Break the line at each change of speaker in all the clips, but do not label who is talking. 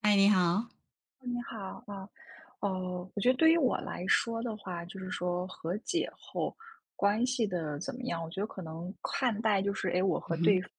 嗨，你好。
哦你好啊。哦，我觉得对于我来说的话，就是说和解后关系的怎么样，我觉得可能看待就是，哎，我和
嗯
对
哼，
方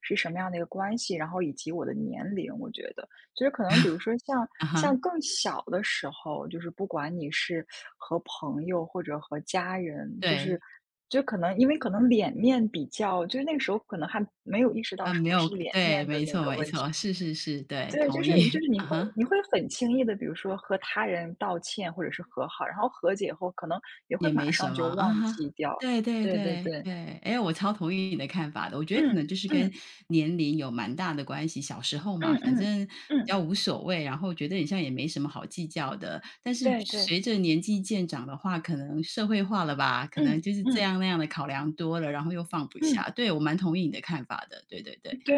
是什么样的一个关系，然后以及我的年龄，我觉得就是可能，比如 说像
啊
像
哈，
更小的时候，就是不管你是和朋友或者和家人，就
对，
是就可能因为可能脸面比较，就是那个时候可能还没有意识到
啊，
什
没
么
有
是脸
对，
面的
没
那
错
个
没
问
错，
题。
是是是，对，
对，就
同
是就
意，
是 你
啊
会
哈，
你会很轻易的，比如说和他人道歉或者是和好，然后和解后可能也会
也没
马
什
上
么，
就
啊
忘记
哈，
掉。
对对
对对
对
对，
对，哎，我超同意你的看法的，我觉得可
嗯，
能就是跟
嗯，
年龄有蛮大的关系，小时候嘛，
嗯
反
嗯，
正比
嗯，
较无所谓，然后觉得你像也没什么好计较的，但是
对对，
随着年纪渐长的话，可能社会化了吧，可能
嗯
就是这
嗯
样那样的考量多了，然后又放不下，
嗯。
对，我蛮同意你的看法的，对对对，
对，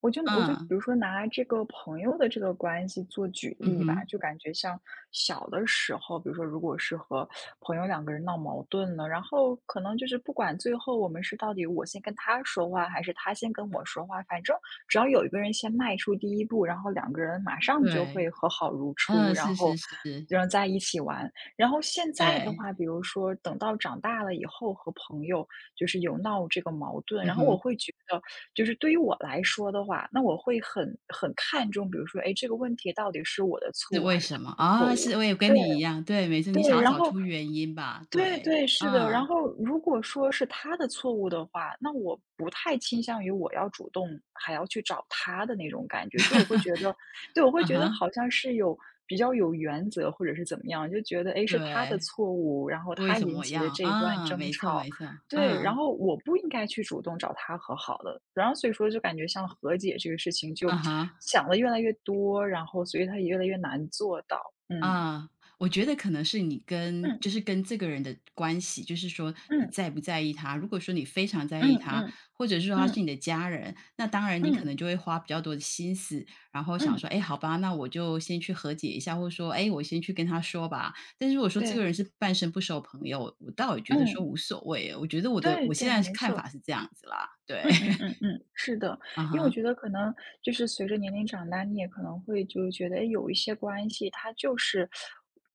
我就比
嗯，
如说拿这个朋友的这个关系做举
嗯
例吧，
哼。
就感觉像小的时候，比如说如果是和朋友两个人闹矛盾了，然后可能就是不管最后我们是到底我先跟他说话，还是他先跟我说话，反正只要有一个人先迈出第一步，然后两个人马上就
对，
会和好如初。
嗯，
然
是是
后。
是，
然后在一起玩。然后现在的
对，
话，比如说等到长大了以后和朋友就是有闹这个矛盾，
嗯
然后我
哼，
会觉得，就是对于我来说的话，那我会很看重，比如说，哎，这个问题到底是我的错
是
误
为
还是他
什么？
的错
啊，是
误？
我也跟
对
你一样，对，没错，你
对，
想要
然
找
后
出原因吧，
对
对，
对，是的。
嗯，
然后如果说是他的错误的话，那我不太倾向于我要主动还要去找他的那种感觉，就我会觉得，对，我 会
嗯
觉得
哼，
好像是有比较有原则或者是怎么样，就觉得，诶，是他的
对，
错误，然后
为
他
什
引
么
起的
要
这一段
啊，
争
没错
吵。
没错，
对，然
嗯，
后我不应该去主动找他和好的，然后所以说就感觉像和解这个事情
嗯
就
哼。
想的越来越多，然后所以他也越来越难做到。嗯，
啊，我觉得可能是你跟
嗯，
就是跟这个人的关系，就是说你
嗯，
在不在意他。如果说你非常在
嗯，
意他，
嗯，
或者是说他
嗯，
是
嗯。
你的家人，那当然你可
嗯
能就会花比较多的心思，然后想说，
嗯，
哎，好吧，那我就先去和解一下，或者说，哎，我先去跟他说吧。但是如果说这个
对，
人是半生不熟朋友，我倒也觉得说
嗯，
无所谓。我觉得我的
对
我现
对，
在
没
看
错。
法是这样子啦，对，
嗯嗯 嗯嗯，是的。
啊
因为我
哈，
觉得可能就是随着年龄长大，你也可能会就觉得，哎，有一些关系它就是，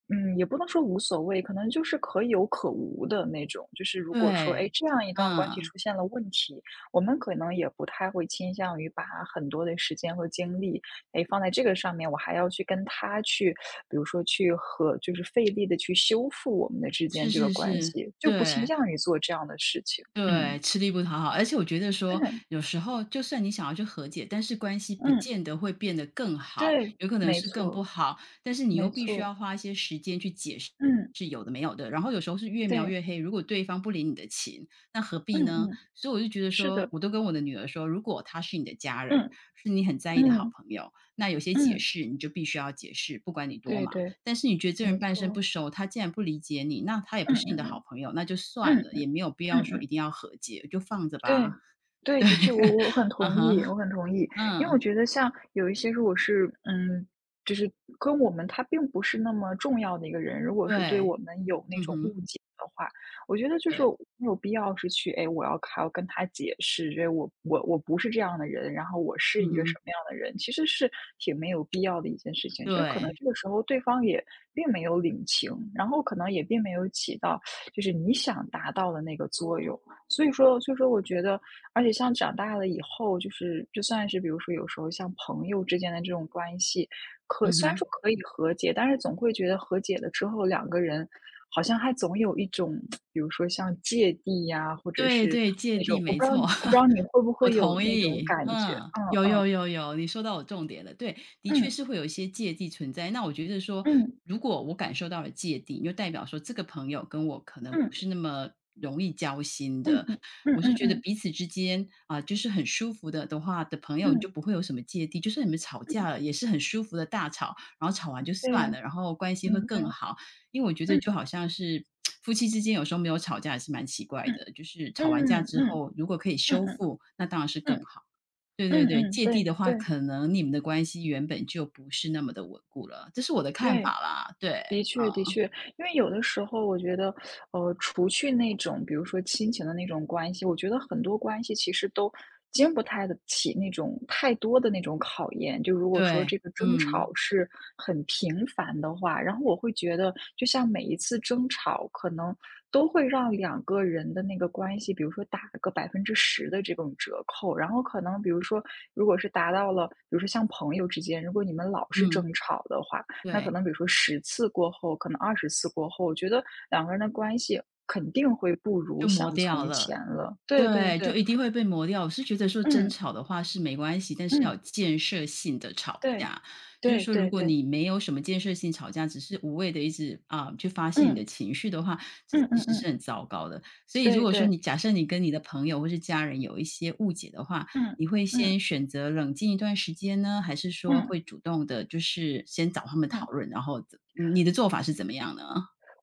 嗯，也不能说无所谓，可能就是可有可无的那种。就是如果说，哎，
对，
这样一段关系
嗯，
出现了问题，我们可能也不太会倾向于把很多的时间和精力，哎，放在这个上面，我还要去跟他去，比如说就是费力的去修复我们的之
是
间这个
是
关
是，
系，就不倾
对。
向于做这样的事情。嗯，
对，吃力不讨好，而且我觉得说，
对，
有时候就算你想要去和解，但是关系不
嗯。
见得会变得更好，
对，
有可能
没
是更不
错，
好。但是你又
没
必须
错，
要花一些时间去解释
嗯，
是有的没有的，然后有时候是越描
对，
越黑。如果对方不领你的情，那何
嗯
必呢？
嗯，
所以我就觉得
是
说，
的，
我都跟我的女儿说，如果他是你的家人，
嗯
是你很在意的好
嗯
朋友，那有些解
嗯，
释你就必须要解释，不管你多
对
忙。
对，
但是你觉得这个人
没
半生
错，
不熟，他既然不理解你，那他也不
嗯
是你的
嗯
好朋友，那就
嗯
算了，也
嗯
没有必
嗯
要说一
嗯。
定要和解，就放着吧。
对，对，
对，
的确，我很
啊
同意，
哈，
我很同意。因为我
嗯，
觉得像有一些如果是，嗯，就是跟我们他并不是那么重要的一个人，如果是对
对，
我们有那
嗯
种误
哼，
解的话，我觉得就是
对，
没有必要是去，哎，我要还要跟他解释，这我不是这样的人，然后我是
嗯
一个什
哼，
么样的人，其实是挺没有必要的一件事情。就是可能
对，
这个时候对方也并没有领情，然后可能也并没有起到就是你想达到的那个作用。所以说我觉得，而且像长大了以后，就是就算是比如说有时候像朋友之间的这种关系，可
嗯
虽然说
哼。
可以和解，但是总会觉得和解了之后，两个人好像还总有一种，比如说像芥蒂呀，或者
对
是
对，芥
那
蒂，
种，我
没
不知道
错，
我不知 道你会不
我
会有
同
那种
意。
感觉？
嗯，
嗯
有
嗯
有有有，你说到我重点了。对，的确
嗯
是会有一些芥蒂存在。那我觉得说，如果我感受到了芥蒂，就代表说这个朋友跟我可能不是
嗯
那么容易交心
嗯
的。
嗯嗯
我
嗯
是
嗯
觉得
嗯
彼此之间啊，就是很舒服的的话的朋友，你就
嗯，
不会有什么芥蒂。就算你们吵架了，也是很舒服的大吵，然后吵完就算
对，
了，然后关系会
明
更
白，
好。因为我觉得就
嗯
好像是夫妻之间有时候没有吵架也是蛮奇怪
嗯
的，就是吵完架
嗯
之
嗯
后，如果可以
嗯
修
嗯
复，那当然是更
嗯
好。对对
嗯
对，
嗯，
芥蒂
对
的话，
对
可能你们的关系原本就不是那么的稳固了，这是我的看法
对。
啦，对，
的确，的
嗯，
确，因为有的时候我觉得，除去那种比如说亲情的那种关系，我觉得很多关系其实都经不太得起那种太多的那种考验。就如果说
对，
这个争吵
嗯，
是很频繁的话，然后我会觉得，就像每一次争吵，可能都会让两个人的那个关系，比如说打个10%的这种折扣。然后可能比如说，如果是达到了，比如说像朋友之间，如果你们老是争
嗯，
吵的话，那可
对，
能比如说十次过后，可能20次过后，我觉得两个人的关系肯定会不
就
如
磨
像
掉
从
了。
前了。对对
对，
对，
就一定会被磨掉。我是觉得说争
嗯，
吵的话是没关系，但是要
嗯，
有建设性的吵
对，
架。就是
对
说，如
对
果
对，
你没有什么建设性吵架，只是无谓的一直啊、去发泄你的
嗯，
情绪的话，这
嗯
其
嗯
实是
嗯，
很糟糕的。所以，如
对
果说
对，
你假设你跟你的朋友或是家人有一些误解的话，
嗯，
你会
嗯，
先选择冷静一段时间呢，还是说
嗯，
会主动的，就是先找他们讨
嗯。
论，然后你的做法是怎么样呢？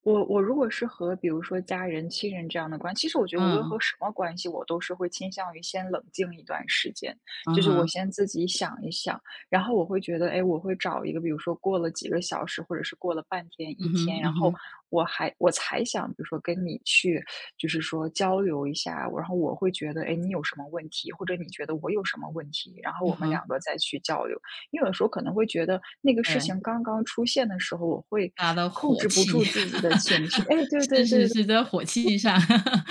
我如果是和比如说家人、亲人这样的关系，其实我觉得无论和
嗯，
什么关系，我都是会倾向于先冷静一段时间，
啊
就是
哈，
我先自己想一想，然后我会觉得，哎，我会找一个，比如说过了几个小时，或者是过了半天、一
嗯哼，
天，然
嗯
后
哼，
我才想，比如说跟你去，就是说交流一下，然后我会觉得，哎，你有什么问题，或者你觉得我有什么问题，然后
啊
我们两
哈，
个再去交流。因为有时候可能会觉得那个事
对。
情刚刚出现的时候，我会
大的
控
火
制不
气，
住自己的情绪。哎，对对
是是
对
是，在火气上，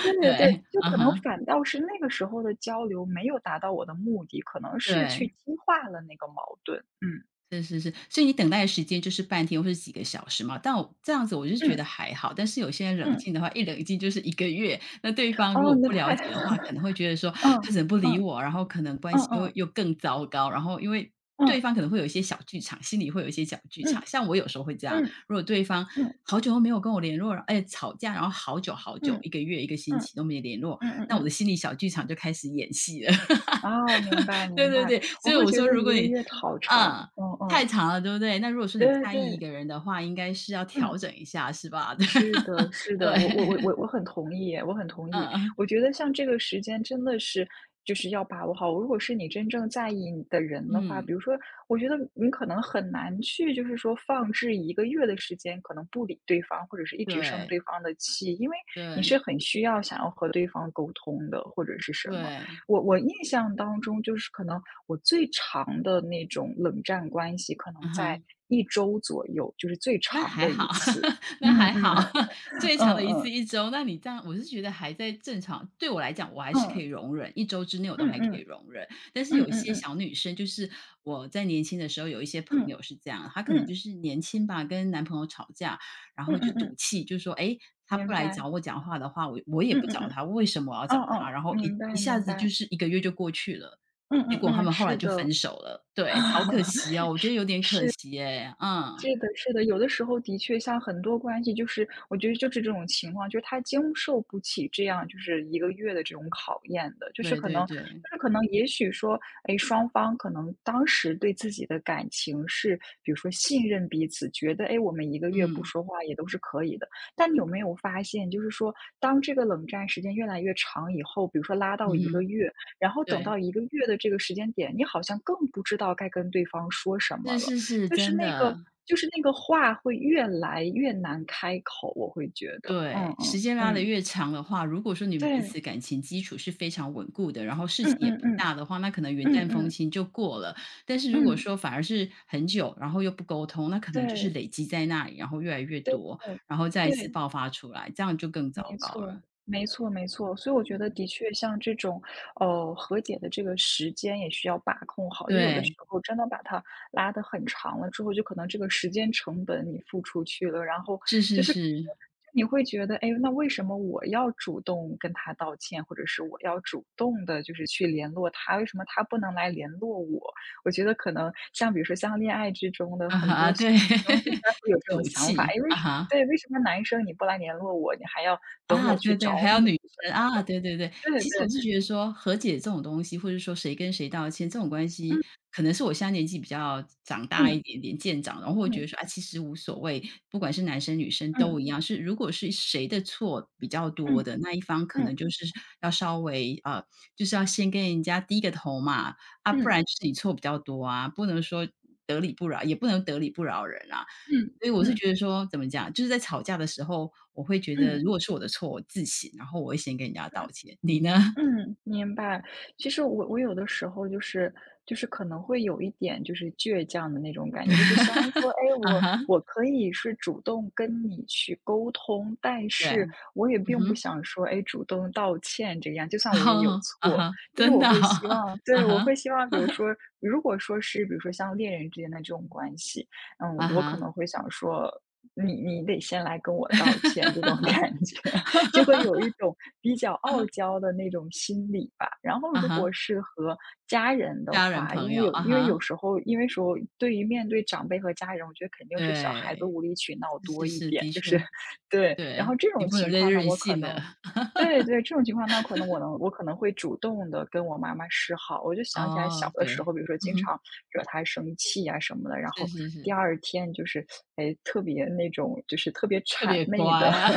对
对，
对对，就
啊
可能
哈，
反倒是那个时候的交流没有达到我的目的，可能是去
对。
激化了那个矛盾。嗯
是是是，所以你等待的时间就是半天或是几个小时嘛。但我这样子我就觉得
嗯
还好，但是有些人冷
嗯，
静的话，一冷静就是一个月。那对方如
哦，
果
那
不了
太
解的话，可能会觉得说他
嗯
怎么不理
嗯
我，然后可能关
嗯
系又
嗯
又更糟糕。然后因为对
嗯
方可能会有一些小剧场，心里会有一些小剧场。
嗯
像我有时候会这样，
嗯嗯
如果对方
嗯
好久都没有跟我联络了，哎，吵架，然后好久好久，
嗯
一个月、一个星期都没联络，
嗯嗯
那我的
嗯，
心理小剧场就开始演戏了。
哦，明白
对
明白，
对对，
我
所以
会
我
觉
说
得
如果
一个
你
月好长。
嗯，
嗯
太
嗯，
长了，对不对？那如果说你
对
在意一
对，
个人的话，应该是要
嗯。
调整一下，是吧？
是的，是
对，
的，我很同意，我很同意。
嗯，
我觉得像这个时间真的是就是要把握好。如果是你真正在意你的人的话，比如
嗯，
说，我觉得你可能很难去，就是说放置一个月的时间，可能不理对方，或者是一直生对
对，
方的气，因为你
对，
是很需要想要和对方沟通的，或者是什么。
对，
我印象当中，就是可能我最长的那种冷战关系，可
嗯
能在
哼。
1周左右，就是最
那
长
还
的
好，
一次。
那
嗯
还
嗯。
好，最
嗯
长的一次
嗯，
一周，那你这样我是觉得还在正常对我来讲，我还是可以
嗯，
容忍一周之内我都
嗯
还可以
嗯，
容忍。但是
嗯
有一
嗯
些
嗯，
小女生，就是我在年轻的时候有一些朋友
嗯，
是这样，她可能就
嗯，
是年轻吧，跟男朋友吵架，然
嗯
后就
嗯
赌
嗯，
气，就说：“哎，他不
明
来找
白，
我讲话的话，我也
嗯
不
嗯
找
嗯，
他，为什么我要
哦
找他？”
哦，
然后一
明
一
白
下
明
子就
白，
是一个月就过去了，
嗯嗯
结果他
嗯，
们后来
是
就分
的。
手了。对，好可 惜哦，我觉得有点可惜耶，嗯。
是的，是的，有的时候的确像很多关系，就是我觉得就是这种情况，就是他经受不起这样就是一个月的这种考验的，就是
对
可
对
能，
对，
就是可能，也许说，哎，双方可能当时对自己的感情是，比如说信任彼此，觉得哎，诶，我们一个月不
嗯，
说话也都是可以的。但你有没有发现，就是说，当这个冷战时间越来越长以后，比如说拉
嗯
到一个
哼，
月，然后等
对，
到一个月的这个时间点，你好像更不知道该跟对方说什么
是
了。
是是，
就是
真
那
的，
个就是那个话会越来越难开口，我会觉得，嗯
对，时
嗯
间拉得
嗯，
越长的话，如果说你们彼
对，
此感情基础是非常稳固的，然后事
嗯
情也
嗯
不
嗯，
大的话，那可能云
嗯
淡风
嗯
轻就过了。但是如果
嗯，
说反而是很久，然后又不沟通，那可能就是
对，
累积在那里，然后越来越
对
多，
对，
然后再一次
对。
爆发出来，这样就更
没
糟糕
错，
了。
没错，没错。所以我觉得
嗯，
的确像这种，和解的这个时间也需要把控好。就有的时
对，
候真的把它拉得很长了之后，就可能这个时间成本你付出去了，然后
是是
就是
是，
你会觉得，哎，那为什么我要主动跟他道歉，或者是我要主动的，就是去联络他，为什么他不能来联络我？我觉得可能像比如说像恋爱之中的
啊
很
哈，
多
对，
女生应该 会有这种
赌
想法，哎，
气，
为
啊
什么
哈。
对，为什么男生你不来联络我，你还要等
啊，
我去
对对，
找
还有
你
女生，啊，对对对。
对
其实我
对，
是觉得说和解这种东西，或者说谁跟谁道歉这种关系，
嗯
可能是我现在年纪比较长大一
嗯
点点，渐长，然后会觉得
嗯
说，啊，其实无所谓，不管是男生女生
嗯
都一样，是如果是谁的错比较
嗯
多的那一方，可能
嗯
就是要稍微就是要先跟人家低个头嘛，啊，不然
嗯
就是你错比较多啊，不能说得理不饶也不能得理不饶人啊。
嗯
所以我
嗯
是
嗯
觉得说，怎么讲，就是在吵架的时候，我会觉得
嗯。
如果是我的错，我自省，然后我会先跟人家道歉。你呢？
嗯，明白。其实我有的时候就是可能会有一点就是倔强的那种感觉，就是虽然说，哎，
啊
我
哈，
我可以是主动跟你去沟通，但
对，
是我也
嗯
并不
哼，
想说，哎，主动道歉这个样。就算我也有
哦，啊
错，
哈，
就是
真
我
的哦，
会希望，
啊
对，我
哈，
会希望，比如说，如果说是比如说像恋人之间的这种关系，嗯，
啊
我可
哈，
能会想说，你得先来跟我道歉这种 感觉。就 会有一种比较傲娇的那种心理吧。然后
啊
如果
哈，
是和家人的
家人
话，
朋
因为
友，
有
啊
因为
哈，
有时候因为说对于面对长辈和家人，我觉得肯定是小孩子
对，
无理取闹
是
多
是
一
是，
点，
的
就是
确，
对。然
对，
后这
你
种
不能
情
再
况呢，
任
我可
性了。
能 对对，这种情况呢，那可能我可能会主动的跟我妈妈示好。我就想起来小
哦，
的时
对，
候，比如说
嗯
经
哼，
常惹她生气啊什么的，然
是
后
是
第
是。
二天就是哎特别那种就是特别
特
谄
别乖
媚的，
啊，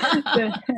对，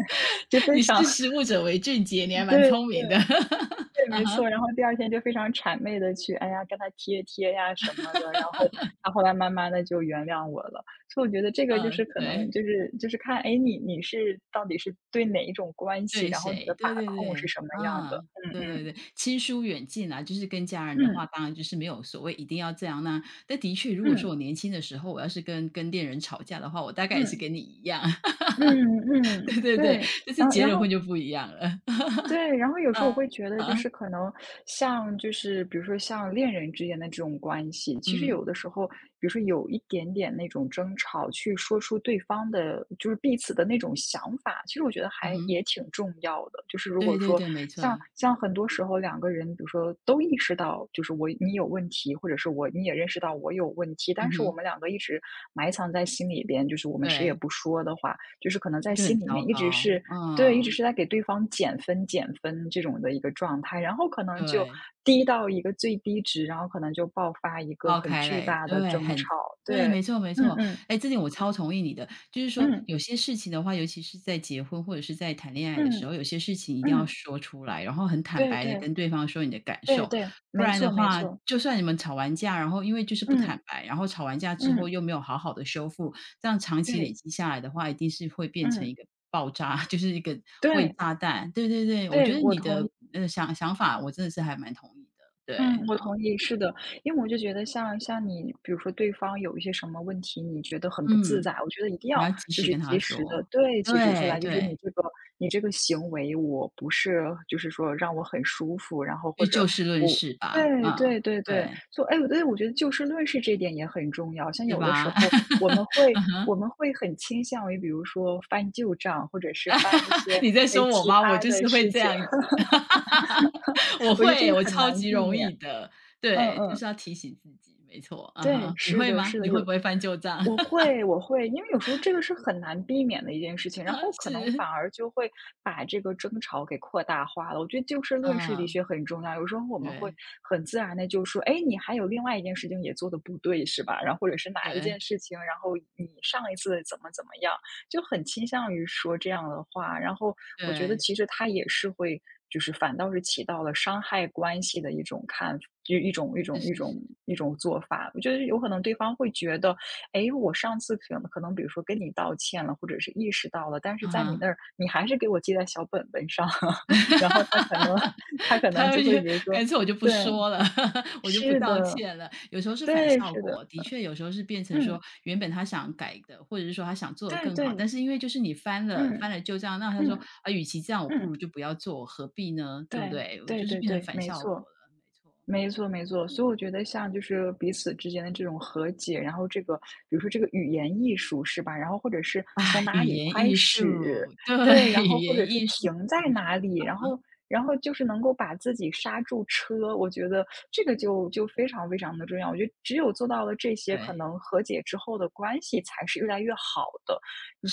就非
你
常
识时务者为俊杰，你还蛮
对
聪明的。
对，
啊
没
哈，
错。然后第二天就非常谄媚的去，哎呀，跟他贴贴呀什么的，然后他后来慢慢的就原谅我了。所以我觉得这个就是
嗯，
可能
对，
就是就是看，哎，你是到底是对哪一种关系，
对
然后你
谁？
的把
对对
控是
对，
什么样
啊，
的。嗯
对对
嗯，
对，亲疏远近啊，就是跟家人的话，
嗯，
当然就是没有所谓一定要这样那但的确，如果说
嗯，
我年轻的时候，我要是跟恋人吵架的话，我大概也是
嗯，
跟你一样，
嗯，嗯嗯，
对对对，
对。
但是
然后
结
然
了婚
后
就不一样了。
对，然 后有时候我会
啊
觉得，就
啊
是可能像就是比如说像恋人之间的这种关系，其实
嗯，
有的时候，比如说有一点点那种争吵，去说出对方的，就是彼此的那种想法，其实我觉得
嗯
还
哼，
也挺重要的。就是如
对
果
对
说
对，没
像
错，
像很多时候两个人，比如说都意识到，就是我你有问题，或者是我你也认识到我有问题，但
嗯
是我
哼，
们两个一直埋藏在心里边，就是我们谁也
对，
不说的话。就是可能
那
在
就很
心里
糟
面一直
糕，
是对，一直
嗯。
是在给对方减分、减分这种的一个状态，然后可能就
对，
低到一个最低值，然后可能就爆发一个
爆
很
开
巨
来，
大的
对，
争吵。
对，
对，
没错没
嗯
错。
嗯
哎，这点我超同意你的，就是说
嗯
有些事情的话，尤其是在结婚或者是在谈恋爱的时
嗯
候，有些事情一定要
嗯，
说出来，然后很坦
对
白的
对
跟对方说你的感
对
受。
对，
不
没
然的
错没
话，
错，
就算你们吵完架，然后因为就是不
嗯
坦白，然后吵完架之后
嗯，
又没有好好的修复，这样长期累
对，
积下来的话，一定是会变成一
嗯
个爆炸，就是一个伪
对
炸弹。对对对，我觉
对，
得
我
你
同
的，
意。
想法我真的是还蛮同意的，对，
嗯，我同意，是的，因为我就觉得像你，比如说对方有一些什么问题，你觉得很不自
嗯。
在，我觉得一定
你
要
要及
就
时
是
跟他
及时的
说，
指出
对
来，就是你
对，
这个你这个行为，我不是就是说让我很舒服，然后或
就
者
就事论
我
事吧，
对
嗯，
对对对，
对，
所以哎，对，我觉得就事论事这一点也很重要。像
是
有的时
吧？
候我们 会
嗯哼，
我们会很倾向于，比如说翻旧账，或者是翻一些
你在
哎
说我
其
吗？我
他
就
的
是会
事
这
情，
样子，我
我觉得这
会，
个
我
很
超
难
级
避
容易
免。
的，
嗯
对，就
嗯。
是要提醒自己，没错，嗯
对，
哼。你
是
会
的，
吗？
是
你
的，
会
有
不会翻旧账？
我 会我会，因为有时候这个是很难避免的一件事情，然后可能反
是，
而就会把这个争吵给扩大化了。我觉得就事论事的
啊，
确很重要，有时候我们会
对
很自然的就说，哎，你还有另外一件事情也做的不对，是吧？然后或者是哪一
对
件事情，然后你上一次怎么怎么样，就很倾向于说这样的话。然后我觉得
对，
其实他也是会，就是反倒是起到了伤害关系的一种看就一种一种一
是是
种
是，
一种做法。我觉得有可能对方会觉得，哎，我上次可能比如说跟你道歉了，或者是意识到了，但是
啊
在你
哈。
那儿你还是给我记在小本本上，然后他可能
哈
他可
他
能
哈，
就
就
会比如
干
说
脆我就不
对，
说了，我就不
是
道
的，
歉了。有时候是反
对，
效
是的，
果，的确有时候是变成
嗯，
说，原本他想改的，或者是说他想做的
对
更好，
对，
但是因为就是你翻了翻
嗯
了旧账，那他说：
嗯
“啊，与其这样，我不
嗯，
如就不要做，何必呢？”对不
对
对？我
对
就是
对
变成
对，
反
没
效果
错。
了，没错。
没错，没错，所以我觉得像就是彼此之间的这种和解，然后这个，比如说这个语言艺术是吧？然后或者是从
啊，
哪
语
里
言
开
艺术，
始，
对，
对，然
语
后或者
言
是
艺术
停在
很
哪
重
里，然后就是能够把自己刹住车，我觉得这个就非常非常的重要。我觉得只有做到了这
要，
些，可
对，
能和解之后的关系才是越来越好的。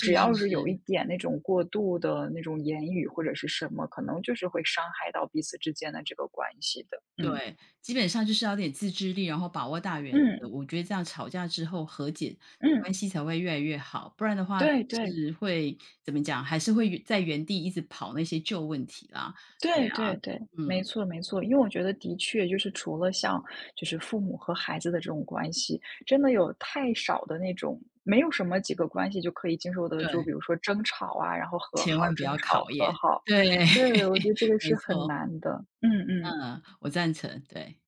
只
是
要是有一
是。
点那种过度的那种言语或者是什么，可能就是会伤害到彼此之间的这个关系的。嗯。
对，基本上就是要有点自制力，然后把握大原则。
嗯，
我觉得这样吵架之后和解，
嗯，
关系才会越来越好，不然的话
对对，
是会怎么讲，还是会原在原地一直跑那些旧问题啦。对
对
啊，
对对，
嗯，
没错没错。因为我觉得的确就是除了像父母和孩子的这种关系，真的有太少的那种没有什么几个关系就可以经受得住，
对，
比如说争吵啊，然后和
千
好，
万不
争
要考
吵
验。
和好。
对，
对，我觉得这个
没
是很
错，
难的，嗯嗯。
嗯，我赞成，对。